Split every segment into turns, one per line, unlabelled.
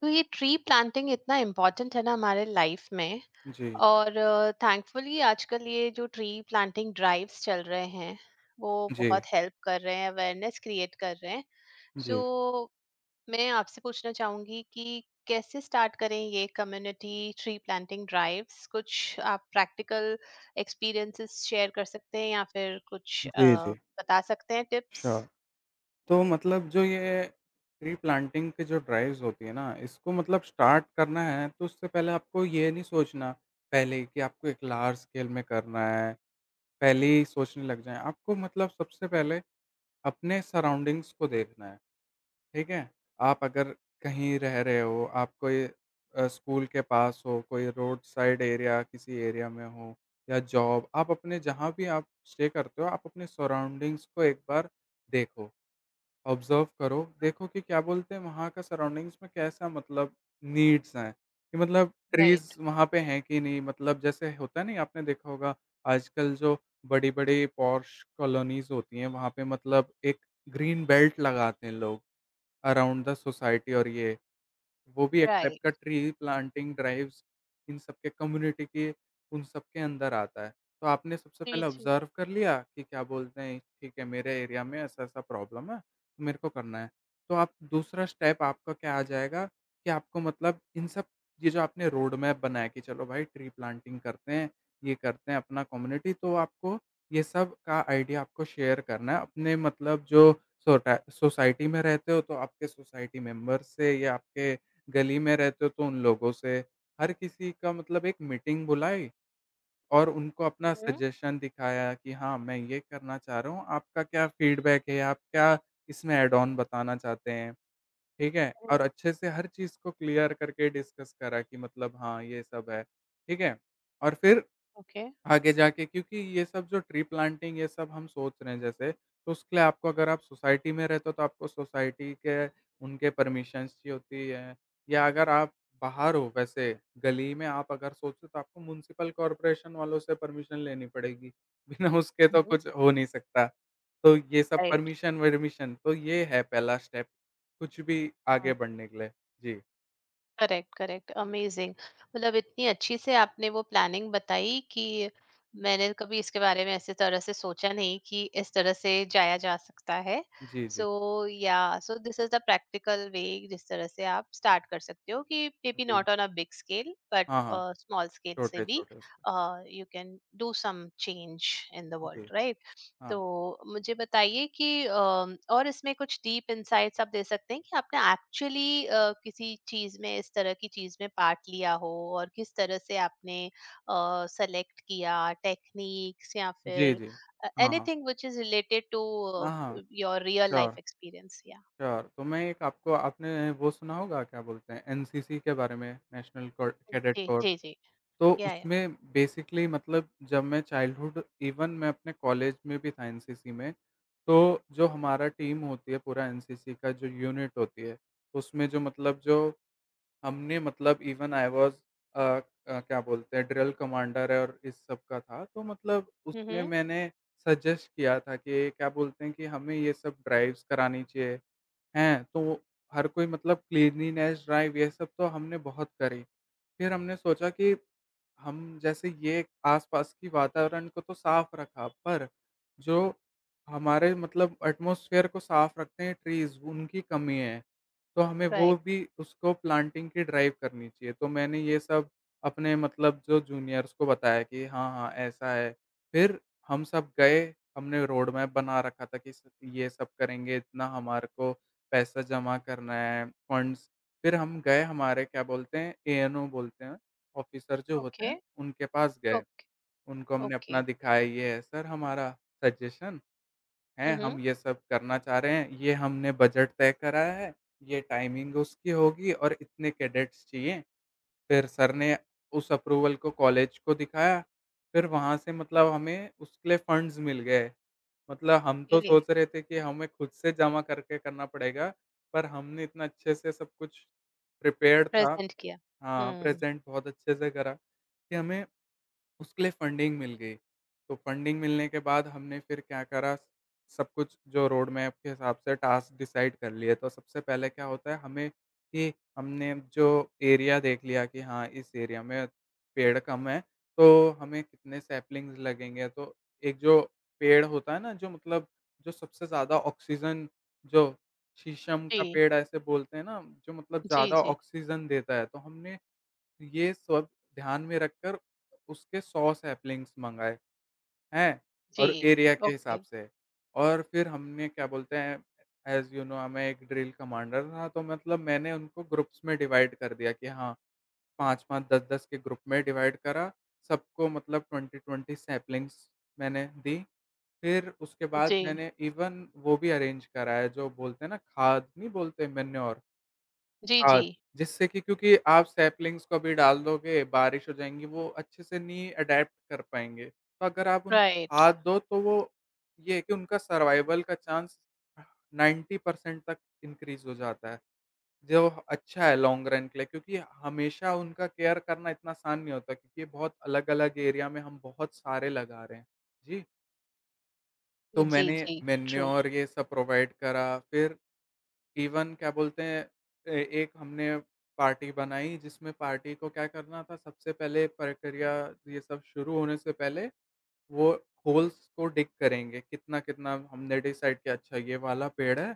तो ये tree planting इतना इम्पोर्टेंट है ना हमारे लाइफ में।
जी,
और थैंकफुली आजकल ये जो ट्री प्लांटिंग ड्राइव्स चल रहे हैं वो
जी,
बहुत हेल्प कर रहे हैं, अवेयरनेस क्रिएट कर रहे हैं। सो
जी,
मैं आपसे पूछना चाहूंगी कि कैसे स्टार्ट करें ये कम्युनिटी ट्री प्लांटिंग ड्राइव्स, कुछ आप प्रैक्टिकल एक्सपीरियंसेस शेयर कर सकते हैं या फिर कुछ
जी, जी,
बता सकते हैं टिप्स।
श्योर। तो मतलब जो ये ट्री प्लांटिंग की जो ड्राइव्स होती है ना, इसको मतलब स्टार्ट करना है तो उससे पहले आपको ये नहीं सोचना पहले ही कि आपको एक लार्ज स्केल में करना है, पहले ही सोचने लग जाएँ। आपको मतलब सबसे पहले अपने सराउंडिंग्स को देखना है। ठीक है? आप अगर कहीं रह रहे हो, आप कोई स्कूल के पास हो, कोई रोड साइड एरिया किसी एरिया में हो या जॉब, आप अपने जहाँ भी आप स्टे करते हो, आप अपने सराउंडिंग्स को एक बार देखो, ऑब्ज़र्व करो, देखो कि क्या बोलते हैं वहाँ का सराउंडिंग्स में कैसा मतलब नीड्स हैं, कि मतलब
राइट,
ट्रीज़ वहाँ पे हैं कि नहीं? मतलब जैसे होता नहीं आपने देखा होगा आजकल जो बड़ी-बड़ी पॉश कॉलोनीज़ होती हैं, वहाँ पे मतलब एक ग्रीन बेल्ट लगाते हैं लोग। अराउंड द सोसाइटी और ये, वो भी एक टाइप का
राइट।
ट्री प्लांटिंग ड्राइव्स इन सब के कम्युनिटी के उन सब के अंदर आता है। तो आपने सबसे
जी,
पहले
जी।
ऑब्ज़र्व कर लिया कि क्या बोलते हैं ठीक है मेरे एरिया में ऐसा-ऐसा प्रॉब्लम है, तो मेरे को करना है। तो आप दूसरा स्टेप आपका क्या आ जाएगा कि आपको मतलब इन सब ये जो आपने रोड मैप बनाया कि चलो भाई ट्री प्लांटिंग करते हैं, ये करते हैं अपना कम्युनिटी तो आपको ये सब का आइडिया आपको शेयर करना है अपने मतलब जो सोटा सोसाइटी में रहते हो तो आपके सोसाइटी मेंबर्स से या आपके गली में रहते हो तो उन लोगों से, हर किसी का मतलब एक मीटिंग बुलाई और उनको अपना
हम्म।
सजेशन दिखाया कि हाँ, मैं ये करना चाह रहा हूँ, आपका क्या फीडबैक है? आप क्या इसमें ऐड ऑन बताना चाहते हैं? ठीक है? और अच्छे से हर चीज़ को क्लियर करके डिस्कस करा कि मतलब हाँ, ये सब है। ठीक है? और फिर
ओके।
आगे जाके क्योंकि ये सब जो ट्री प्लांटिंग ये सब हम सोच रहे हैं जैसे, तो उसके लिए आपको अगर आप सोसाइटी में रहते हो तो आपको सोसाइटी के उनके परमिशंस चाहिए होती है या अगर आप बाहर हो वैसे गली में आप अगर सोचो तो आपको म्युनिसिपल कॉर्पोरेशन वालों से परमिशन लेनी पड़ेगी। बिना उसके तो
हम्म।
कुछ हो नहीं सकता। तो ये सब
राइट।
परमिशन-वर्मिशन तो ये है पहला स्टेप, कुछ भी आगे बढ़ने के लिए। जी,
करेक्ट, करेक्ट, अमेजिंग। मतलब इतनी अच्छी से आपने वो प्लानिंग बताई कि मैंने कभी इसके बारे में ऐसे तरह से सोचा नहीं कि इस तरह से जाया जा सकता है।
जी,
सो
जी,
या so this is the practical way जिस तरह से आप स्टार्ट कर सकते हो कि मे बी
जी।
Not on a big scale but
हाँ, हाँ,
स्मॉल स्केल से भी
छोटे-छोटे उसमें।
You can do some change in the world,
जी,
राइट। तो
हाँ।
मुझे बताइए कि और इसमें कुछ डीप इंसाइट्स आप दे सकते हैं कि आपने एक्चुअली किसी चीज में, इस तरह की चीज में पार्ट लिया हो और किस तरह से आपने सेलेक्ट किया टेक्निक्स या
जी,
फिर
जी। हाँ, हाँ।
Anything which is related to
हाँ, हाँ।
Your real
sure,
life experience या।
श्योर। तो मैं एक आपको आपने वो सुना होगा क्या बोलते हैं एनसीसी के बारे में नेशनल कोर कैडेट
जी,
कोर।
जी, जी।
तो
या, या।
उसमें बेसिकली मतलब जब मैं चाइल्डहुड इवन मैं अपने कॉलेज में भी था एनसीसी में, तो जो हमारा टीम होती है पूरा एनसीसी का जो यूनिट होती है, उसमें जो मतलब जो हमने मतलब इवन आई वाज़ अ क्या बोलते हैं ड्रिल कमांडर है और इस सब का था, तो मतलब उसमें
हम्म।
मैंने सजेस्ट किया था कि क्या बोलते हैं कि हमें ये सब ड्राइव्स करानी चाहिए, हैं? तो हर कोई मतलब क्लीनलीनेस ड्राइव ये सब तो हमने बहुत करी। फिर हमने सोचा कि हम जैसे ये आस-पास की वातावरण को तो साफ रखा, पर जो हमारे मतलब एटमॉस्फेयर को साफ रखते हैं ट्रीज़, उनकी कमी है। तो हमें
राइट।
वो भी उसको प्लांटिंग की ड्राइव करनी चाहिए। तो मैंने ये सब अपने मतलब जो जूनियर्स को बताया कि हाँ, हाँ, ऐसा है। फिर हम सब गए, हमने रोड मैप बना रखा था कि स ये सब करेंगे, इतना हमारे को पैसा जमा करना है, फंड्स। फिर हम गए हमारे क्या बोलते हैं एएनओ बोलते हैं ऑफ़िसर जो होते
ओके,
हैं, उनके पास गए,
ओके,
उनको हमने अपना
ओके।
दिखाया ये है सर हमारा सजेशन है,
हम्म।
हम ये सब करना चाह रहे हैं, ये हमने बजट तय करा है, ये टाइमिंग उसकी होगी और इतने कैडेट्स चाहिए। फिर सर ने उस अप्रूवल को कॉलेज को दिखाया, फिर वहाँ से मतलब हमें उसके लिए फंड्स मिल गए। मतलब हम तो
ओके।
सोच रहे थे कि हमें खुद से जमा करके करना पड़ेगा, पर हमने इतना अच्छे से सब कुछ प्रिपेयर्ड था
प्रेजेंट किया।
हाँ,
हम्म।
प्रेज़ेंट बहुत अच्छे से करा कि हमें उसके लिए फंडिंग मिल गई। तो फंडिंग मिलने के बाद हमने फिर क्या करा, सब कुछ जो रोडमैप के हिसाब से टास्क डिसाइड कर लिए। तो सबसे पहले क्या होता है हमें कि हमने जो एरिया देख लिया कि हाँ, इस एरिया में पेड़ कम हैं, तो हमें कितने सैपलिंग्स लगेंगे। तो एक जो पेड़ होता है ना, जो मतलब जो सबसे ज़्यादा ऑक्सीजन जो शीशम का
जी,
पेड़ ऐसे बोलते हैं ना, जो मतलब
जी,
ज़्यादा
जी,
ऑक्सीजन देता है। तो हमने ये सब ध्यान में रखकर उसके 100 सैपलिंग्स मँगाए, हैं?
जी।
और एरिया के हिसाब
ओके।
से। और फिर हमने क्या बोलते हैं ऐज़ यू नो मैं एक ड्रिल कमांडर था तो मतलब मैंने उनको ग्रुप्स में डिवाइड कर दिया कि हाँ, 5-5 10-10 के ग्रुप में डिवाइड करा। सबको मतलब 20-20 सैपलिंग्स मैंने दी। फिर उसके बाद
जी,
मैंने इवन वो भी अरेंज कराया जो बोलते हैं ना खाद नहीं बोलते मैन्योर?
जी, जी।
हाँ, जिससे कि क्योंकि आप सैपलिंग्स को अभी डाल दोगे, बारिश हो जाएँगी, वो अच्छे से नहीं अडैप्ट कर पाएँगे। तो अगर आप उन
राइट।
खाद दो तो वो ये है कि उनका सर्वाइवल का चांस 90% तक इंक्रीज़ हो जाता है, जो अच्छा है लॉन्ग रन के लिए क्योंकि हमेशा उनका केयर करना इतना आसान नहीं होता क्योंकि ये बहुत अलग-अलग एरिया में हम बहुत सारे लगा रहे हैं। जी,
जी,
तो
जी,
मैंने
जी, ट्रू।
मैन्योर ये सब प्रोवाइड करा, फिर इवन क्या बोलते हैं ए एक हमने पार्टी बनाई जिसमें पार्टी को क्या करना था सबसे पहले प्रक्रिया ये सब शुरू होने से पहले वो होल्स को डिग करेंगे, कितना-कितना हमने डिसाइड किया अच्छा ये वाला पेड़ है,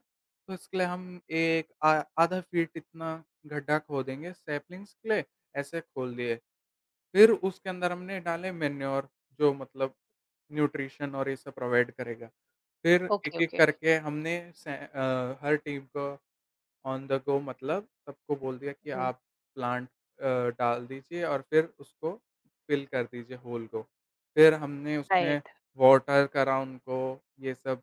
तो इसके लिए हम एक आधा फीट इतना गड्ढा खोदेंगे सैपलिंग्स के लिए, ऐसे खोल दिए। फिर उसके अंदर हमने डाले मैन्योर जो मतलब न्यूट्रिशन और ये सब प्रोवाइड करेगा। फिर
ओके,
एक-एक
ओके।
करके हमने हर टीम को ऑन द गो मतलब सबको बोल दिया कि
हुँ,
आप डाल दीजिए और फिर उसको फ़िल कर दीजिए होल को। फिर हमने उसमें
राइट।
वाटर करा उनको ये सब।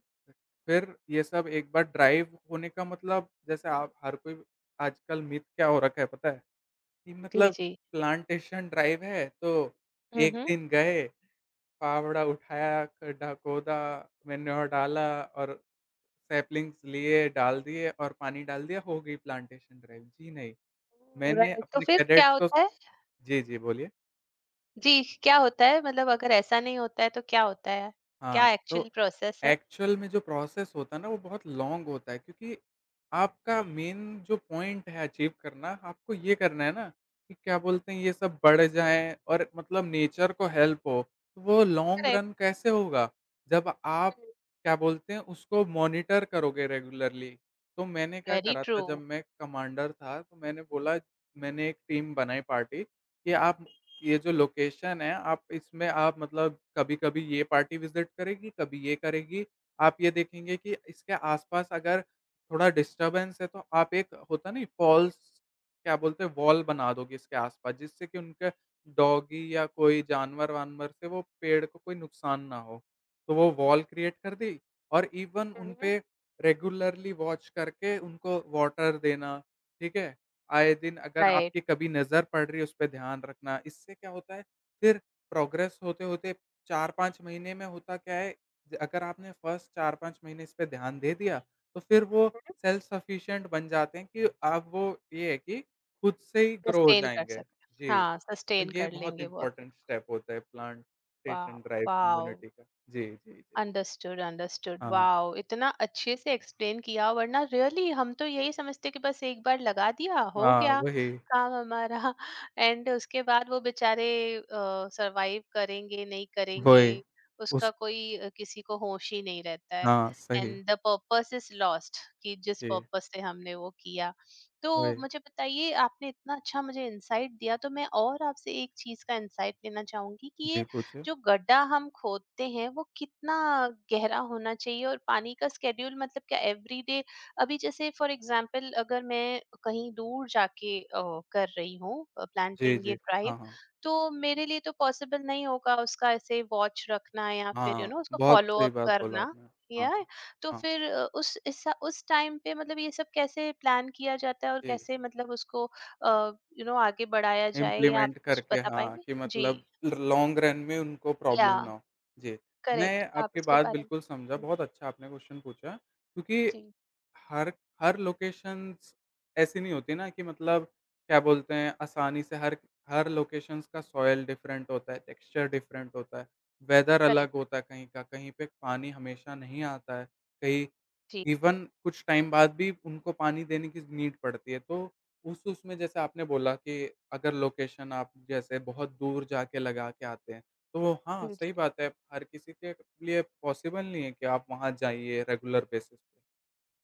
फिर ये सब एक बार ड्राइव होने का मतलब जैसे आप हर कोई आजकल मिथ क्या हो रखा है पता है? कि
जी,
मतलब
जी।
प्लांटेशन ड्राइव है तो
हुँ,
1
हुँ।
दिन गए, फावड़ा उठाया, गड्ढा खोदा, मैन्योर डाला और सैपलिंग्स लिए, डाल दिए और पानी डाल दिया, हो गई प्लांटेशन ड्राइव। जी नहीं,
ओह,
मैंने
राइट, तो
अपने
फिर
कैडेट
क्या
को
होता है?
जी, जी, बोलिए।
जी, क्या होता है? मतलब अगर ऐसा नहीं होता है तो क्या होता है?
हाँ,
क्या
तो
एक्चुअल प्रोसेस है?
एक्चुअल में जो प्रोसेस होता है ना, वो बहुत लॉन्ग होता है क्योंकि आपका मेन जो पॉइंट है अचीव करना, आपको ये करना है ना कि क्या बोलते हैं, ये सब बढ़ जाएँ और मतलब नेचर को हेल्प हो। तो वो लॉन्ग
करेक्ट।
रन कैसे होगा? जब आप
हुँ,
क्या बोलते हैं, उसको मॉनिटर करोगे रेगुलरली। तो मैंने क्या
वेरी
करा
ट्रू।
था, जब मैं कमांडर था, तो मैंने बोला मैंने एक टीम बनाई पार्टी कि आप ये जो लोकेशन है, आप इसमें आप मतलब कभी-कभी ये पार्टी विज़िट करेगी, कभी ये करेगी। आप ये देखेंगे कि इसके आस-पास अगर थोड़ा डिस्टर्बेंस है, तो आप एक होता नहीं फॉल्स क्या बोलते हैं, वॉल बना दोगे इसके आस-पास, जिससे कि उनका डॉगी या कोई जानवर-वानवर से वो पेड़ को कोई नुकसान ना हो। तो वो वॉल क्रिएट कर दी और इवन
हुँ, हुँ,
उनपे रेगुलरली वॉच करके उनको वाटर देना, ठीक है? आए दिन अगर
राइट।
आपकी कभी नज़र पड़ रही है, उस पे ध्यान रखना। इससे क्या होता है, फिर प्रोग्रेस होते-होते 4-5 महीने में होता क्या है, अगर आपने फर्स्ट 4-5 महीने इस पे ध्यान दे दिया, तो फिर वो
हुँ,
सेल्फ सफिशिएंट बन जाते हैं कि आप वो ये है कि खुद से ही ग्रो हो
सस्टेन कर
जाएँगे।
सकते हैं।
जी,
हाँ,
तो
सस्टेन
ये
कर
बहुत
लेंगे वो अपने।
इम्पोर्टेंट स्टेप होता है
wow!
Plantation drive
wow!
Immunity का। जी, जी, जी।
अंडरस्टूड, अंडरस्टूड,
हाँ,
वाओ, इतना अच्छे से एक्सप्लेन किया, वरना रियली हम तो यही समझते कि बस एक बार लगा दिया, हो
हाँ,
गया
वही,
काम हमारा। एंड उसके बाद वो बेचारे सरवाइव करेंगे नहीं करेंगे
वही।
उसका
उस
कोई किसी को होश ही नहीं रहता है।
हाँ, सही।
And the purpose is lost कि जिस
जी,
पर्पस से हमने वो किया। तो
वही।
मुझे बताइए, आपने इतना अच्छा मुझे इंसाइट दिया, तो मैं और आपसे एक चीज का इंसाइट लेना चाहूंगी कि
जी,
ये
पूछिए।
जो गड्ढा हम खोदते हैं वो कितना गहरा होना चाहिए और पानी का स्केड्यूल, मतलब क्या एवरीडे? अभी जैसे फॉर एग्जांपल अगर मैं कहीं दूर जाके कर रही हूँ
जी,
प्लांटिंग ये
जी।
ड्राइव,
हाँ, हाँ।
तो मेरे लिए तो पॉसिबल नहीं होगा उसका ऐसे वॉच रखना या फिर
हाँ,
उसको
बहुत
फॉलो
सही
अप
बात बोला
करना,
आपने। हाँ,
या।
हाँ।
तो
हाँ,
फिर उस टाइम पे मतलब ये सब कैसे प्लान किया जाता है और
जी।
कैसे मतलब उसको आगे बढ़ाया जाए, या आप
इम्प्लीमेंट
उसको
करके
बता
हाँ,
पाएंगे।
कि
जी,
मतलब ल लॉन्ग रन में उनको
या,
प्रॉब्लम ना हो। जी,
करेक्ट,
मैं
आप
आपकी
उसके
बात
बारे में।
बिल्कुल समझा,
हुँ,
बहुत अच्छा आपने क्वेश्चन पूछा क्योंकि
जी,
हर हर लोकेशंस ऐसी नहीं होती ना कि मतलब क्या बोलते हैं आसानी से हर हर लोकेशंस का सॉइल डिफरेंट होता है, टेक्सचर डिफरेंट होता है, वेदर अलग
करेक्ट,
होता है कहीं का, कहीं पे पानी हमेशा नहीं आता है, कहीं
जी,
इवन कुछ टाइम बाद भी उनको पानी देने की नीड पड़ती है। तो उस उसमें जैसे आपने बोला कि अगर लोकेशन आप जैसे बहुत दूर जाके लगा के आते हैं, तो वो, हाँ,
जी, जी,
सही बात है, हर किसी के लिए पॉसिबल नहीं है कि आप वहाँ जाइए रेगुलर बेसिस पे।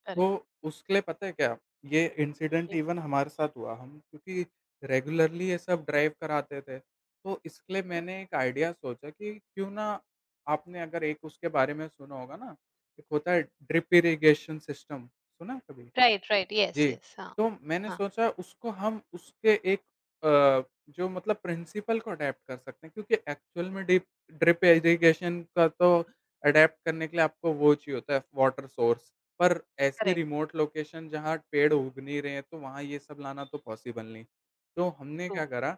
करेक्ट,
तो उसके लिए पता है क्या, ये इंसिडेंट
जी,
इवन हमारे साथ हुआ। हम क्योंकि रेगुलरली ये सब ड्राइव कराते थे, तो इसके लिए
हुँ।
मैंने एक आइडिया सोचा कि क्यों ना आपने अगर एक उसके बारे में सुना होगा ना, एक होता है ड्रिप इरिगेशन सिस्टम, सुना है कभी?
राइट, राइट, यस,
जी,
यस, हाँ,
तो मैंने
हाँ,
सोचा उसको हम उसके एक अ, जो मतलब प्रिंसिपल को अडैप्ट कर सकते हैं क्योंकि एक्चुअल में डिप ड्रिप इरिगेशन का तो अडैप्ट करने के लिए आपको वो चाहिए होता है वाटर सोर्स। पर ऐसी
करेक्ट,
रिमोट लोकेशन जहाँ पेड़ उग नहीं रहे हैं, तो वहाँ ये सब लाना तो पॉसिबल नहीं। तो हमने
ट्रू,
क्या करा,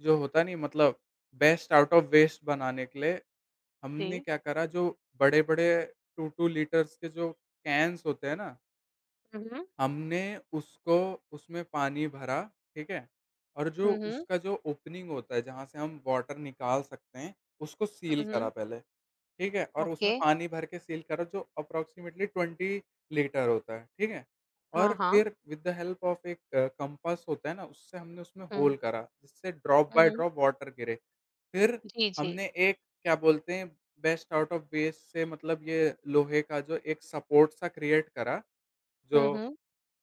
जो होता नहीं मतलब बेस्ट आउट ऑफ वेस्ट बनाने के लिए हमने
जी,
क्या करा, जो बड़े-बड़े 2-2 लीटर्स के जो कैन्स होते हैं ना,
हुँ, हुँ,
हमने उसको उसमें पानी भरा, ठीक है? और जो
हुँ, हुँ,
उसका जो ओपनिंग होता है जहाँ से हम वाटर निकाल सकते हैं, उसको सील
हुँ, हुँ,
करा पहले, ठीक है? और
ओके,
उसमें पानी भर के सील करा जो अप्रॉक्सिमेटली 20 लीटर होता है, ठीक है?
हाँ,
और
हाँ,
फिर विद द हेल्प ऑफ एक कंपास होता है ना, उससे हमने उसमें
हुँ,
होल करा, जिससे drop
hmm,
by
hmm,
drop water गिरे। फिर
जी, जी,
हमने एक क्या बोलते हैं बेस्ट आउट ऑफ वेस्ट से मतलब ये लोहे का जो एक सपोर्ट सा क्रिएट करा,
हुँ,
जो
हुँ,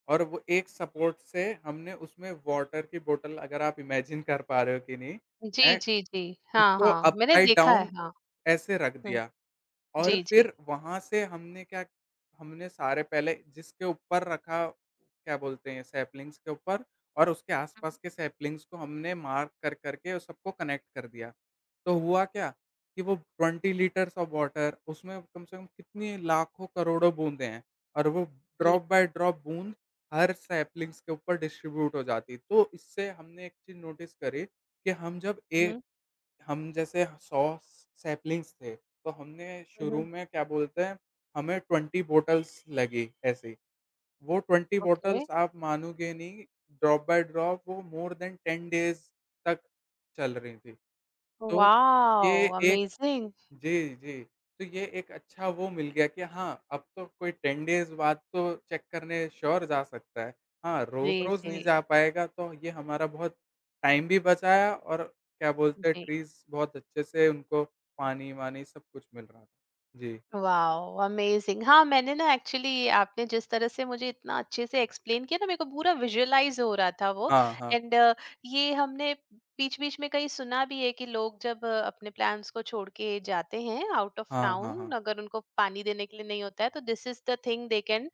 और वो एक सपोर्ट से हमने उसमें वाटर की बॉटल अगर आप इमेजिन कर पा रहे हो कि नहीं,
जी,
हैं,
जी, जी, हाँ,
उसको
हाँ, मैंने
अपसाइड
देखा है,
डाउन
हाँ,
ऐसे रख
हुँ,
दिया। और
जी,
फिर वहाँ से हमने क्या हमने सारे पहले जिसके ऊपर रखा, क्या बोलते हैं सैपलिंग्स के ऊपर, और उसके
हुँ,
आस-पास के सैपलिंग्स को हमने मार्क कर-कर के सबको कनेक्ट कर दिया। तो हुआ क्या कि वो 20 लीटर्स ऑफ वाटर उसमें कम से कम कितनी लाखों करोड़ों बूँदें हैं, और वो
जी,
ड्रॉप बाय ड्रॉप बूँद हर सैपलिंग्स के ऊपर डिस्ट्रीब्यूट हो जाती। तो इससे हमने एक चीज़ नोटिस करी कि हम जब ए
हुँ,
हम जैसे 100 सैपलिंग्स थे, तो हमने
हुँ,
शुरू
हुँ,
में क्या बोलते हैं, हमें 20 बॉटल्स लगी ऐसी। वो 20
ओके,
बॉटल्स आप मानोगे नहीं, ड्रॉप बाय ड्रॉप वो मोर देन 10 डेज़ तक चल रही थी। तो ये
वॉव!
एक
अमेज़िंग,
जी, जी। तो ये एक अच्छा वो मिल गया कि हाँ, अब तो कोई 10 डेज़ बाद तो चेक करने श्योर जा सकता है। हाँ,
जी,
रोज़-रोज़ नहीं
जी,
जा पाएगा, तो ये हमारा बहुत टाइम भी बचाया, और क्या बोलते हैं
जी।
ट्रीज़ बहुत अच्छे से उनको पानी-वानी सब कुछ मिल रहा था। जी।
Wow, amazing. हाँ, मैंने ना एक्चुअली आपने जिस तरह से मुझे इतना अच्छे से एक्सप्लेन किया ना, मेरे को पूरा विजुअलाइज हो रहा था वो।
हाँ, हाँ।
एंड ये हमने बीच बीच में कहीं सुना भी है कि लोग जब अपने प्लान्स को छोड़ के जाते हैं आउट ऑफ
हाँ, हाँ,
टाउन,
हाँ।
अगर उनको पानी देने के लिए नहीं होता है तो this is the thing they can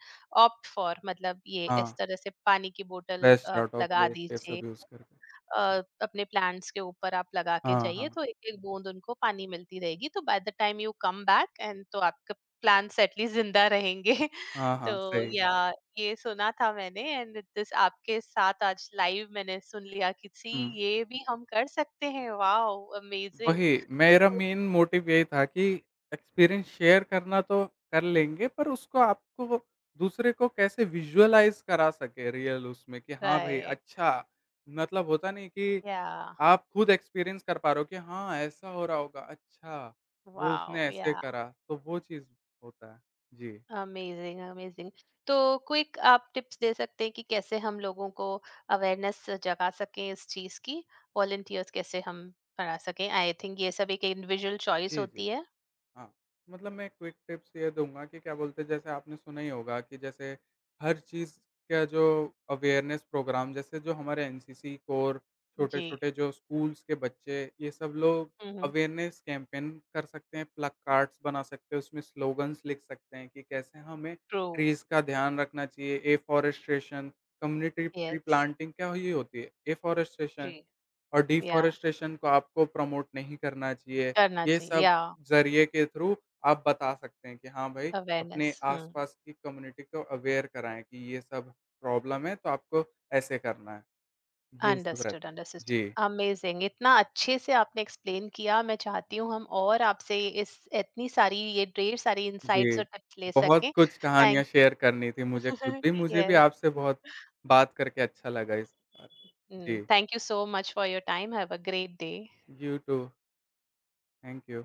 opt for. मतलब ये इस
हाँ,
तरह से पानी की बोतल
बेस्ट आउट ऑफ
लगा
वेस्ट ये
दीजिए,
सब यूज़ करके।
अपने प्लांट्स के ऊपर आप लगा के
हाँ,
जाइए
हाँ।
तो एक-एक बूंद उनको पानी मिलती रहेगी, तो by the time you come back and तो आपके प्लांट्स एटलीस्ट जिंदा रहेंगे।
हाँ,
तो
हाँ, सही।
या ये सुना था मैंने, एंड दिस आपके साथ आज लाइव मैंने सुन लिया कि सी,
हुँ।
ये भी हम कर सकते हैं। Wow, amazing.
वही, मेरा मेन मोटिव यही था कि एक्सपीरियंस शेयर करना तो कर लेंगे, पर उसको आपको दूसरे को कैसे विज़ुअलाइज़ करा सके रियल उसमें कि हाँ भई
राइट,
अच्छा, मतलब होता नहीं कि
या,
आप खुद एक्सपीरियंस कर पा रहे हो कि हाँ, ऐसा हो रहा होगा, अच्छा, वो
वाओ,
उसने
या।
ऐसे करा, तो वो चीज़ होता है। जी।
Amazing, amazing. तो क्विक आप टिप्स दे सकते हैं कि कैसे हम लोगों को अवेयरनेस जगा सकें इस चीज की, वॉलंटियर्स कैसे हम बढ़ा सकें, आई थिंक ये सब एक इंडिविजुअल चॉइस
जी,
होती
जी।
है।
हाँ, मतलब मैं क्विक टिप्स ये दूँगा कि क्या बोलते हैं जैसे आपने सुना ही होगा कि जैसे हर चीज़ का जो अवेयरनेस प्रोग्राम जैसे जो हमारे एनसीसी कोर
जी।
छोटे-छोटे जो स्कूल्स के बच्चे ये सब लोग
हम्म।
अवेयरनेस कैंपेन कर सकते हैं, प्लकार्ड्स बना सकते हैं, उसमें स्लोगन्स लिख सकते हैं कि कैसे हमें
ट्रू।
ट्रीज़ का ध्यान रखना चाहिए, afforestation, community tree
yes.
Planting क्या ही होती है?
जी,
एफॉरेस्ट्रेशन, और
या
डिफ़ॉरेस्टेशन को आपको प्रमोट नहीं करना चाहिए।
करना
ये
चाहिए
सब
या।
ज़रिए के थ्रू आप बता सकते हैं कि हाँ भाई,
अवेयरनेस।
अपने
हम्म।
आस-पास की कम्युनिटी को अवेयर कराएँ कि ये सब प्रॉब्लम है, तो आपको ऐसे करना है। ये सब
अंडरस्टूड,
रहता है।
अंडरस्टूड,
जी,
अमेजिंग, इतना अच्छे से आपने एक्सप्लेन किया। मैं चाहती हूँ हम और आपसे इस, इतनी सारी ये ढेर सारी इंसाइट्स
जी।
और टिप्स ले
बहुत
सकें।
कुछ कहानियाँ
थैंक।
शेयर करनी थी मुझे खुद भी, मुझे भी
यस।
आपसे बहुत बात करके अच्छा लगा इस बार। जी,
Mm, thank you so much for your time. Have a great day.
You too. Thank you.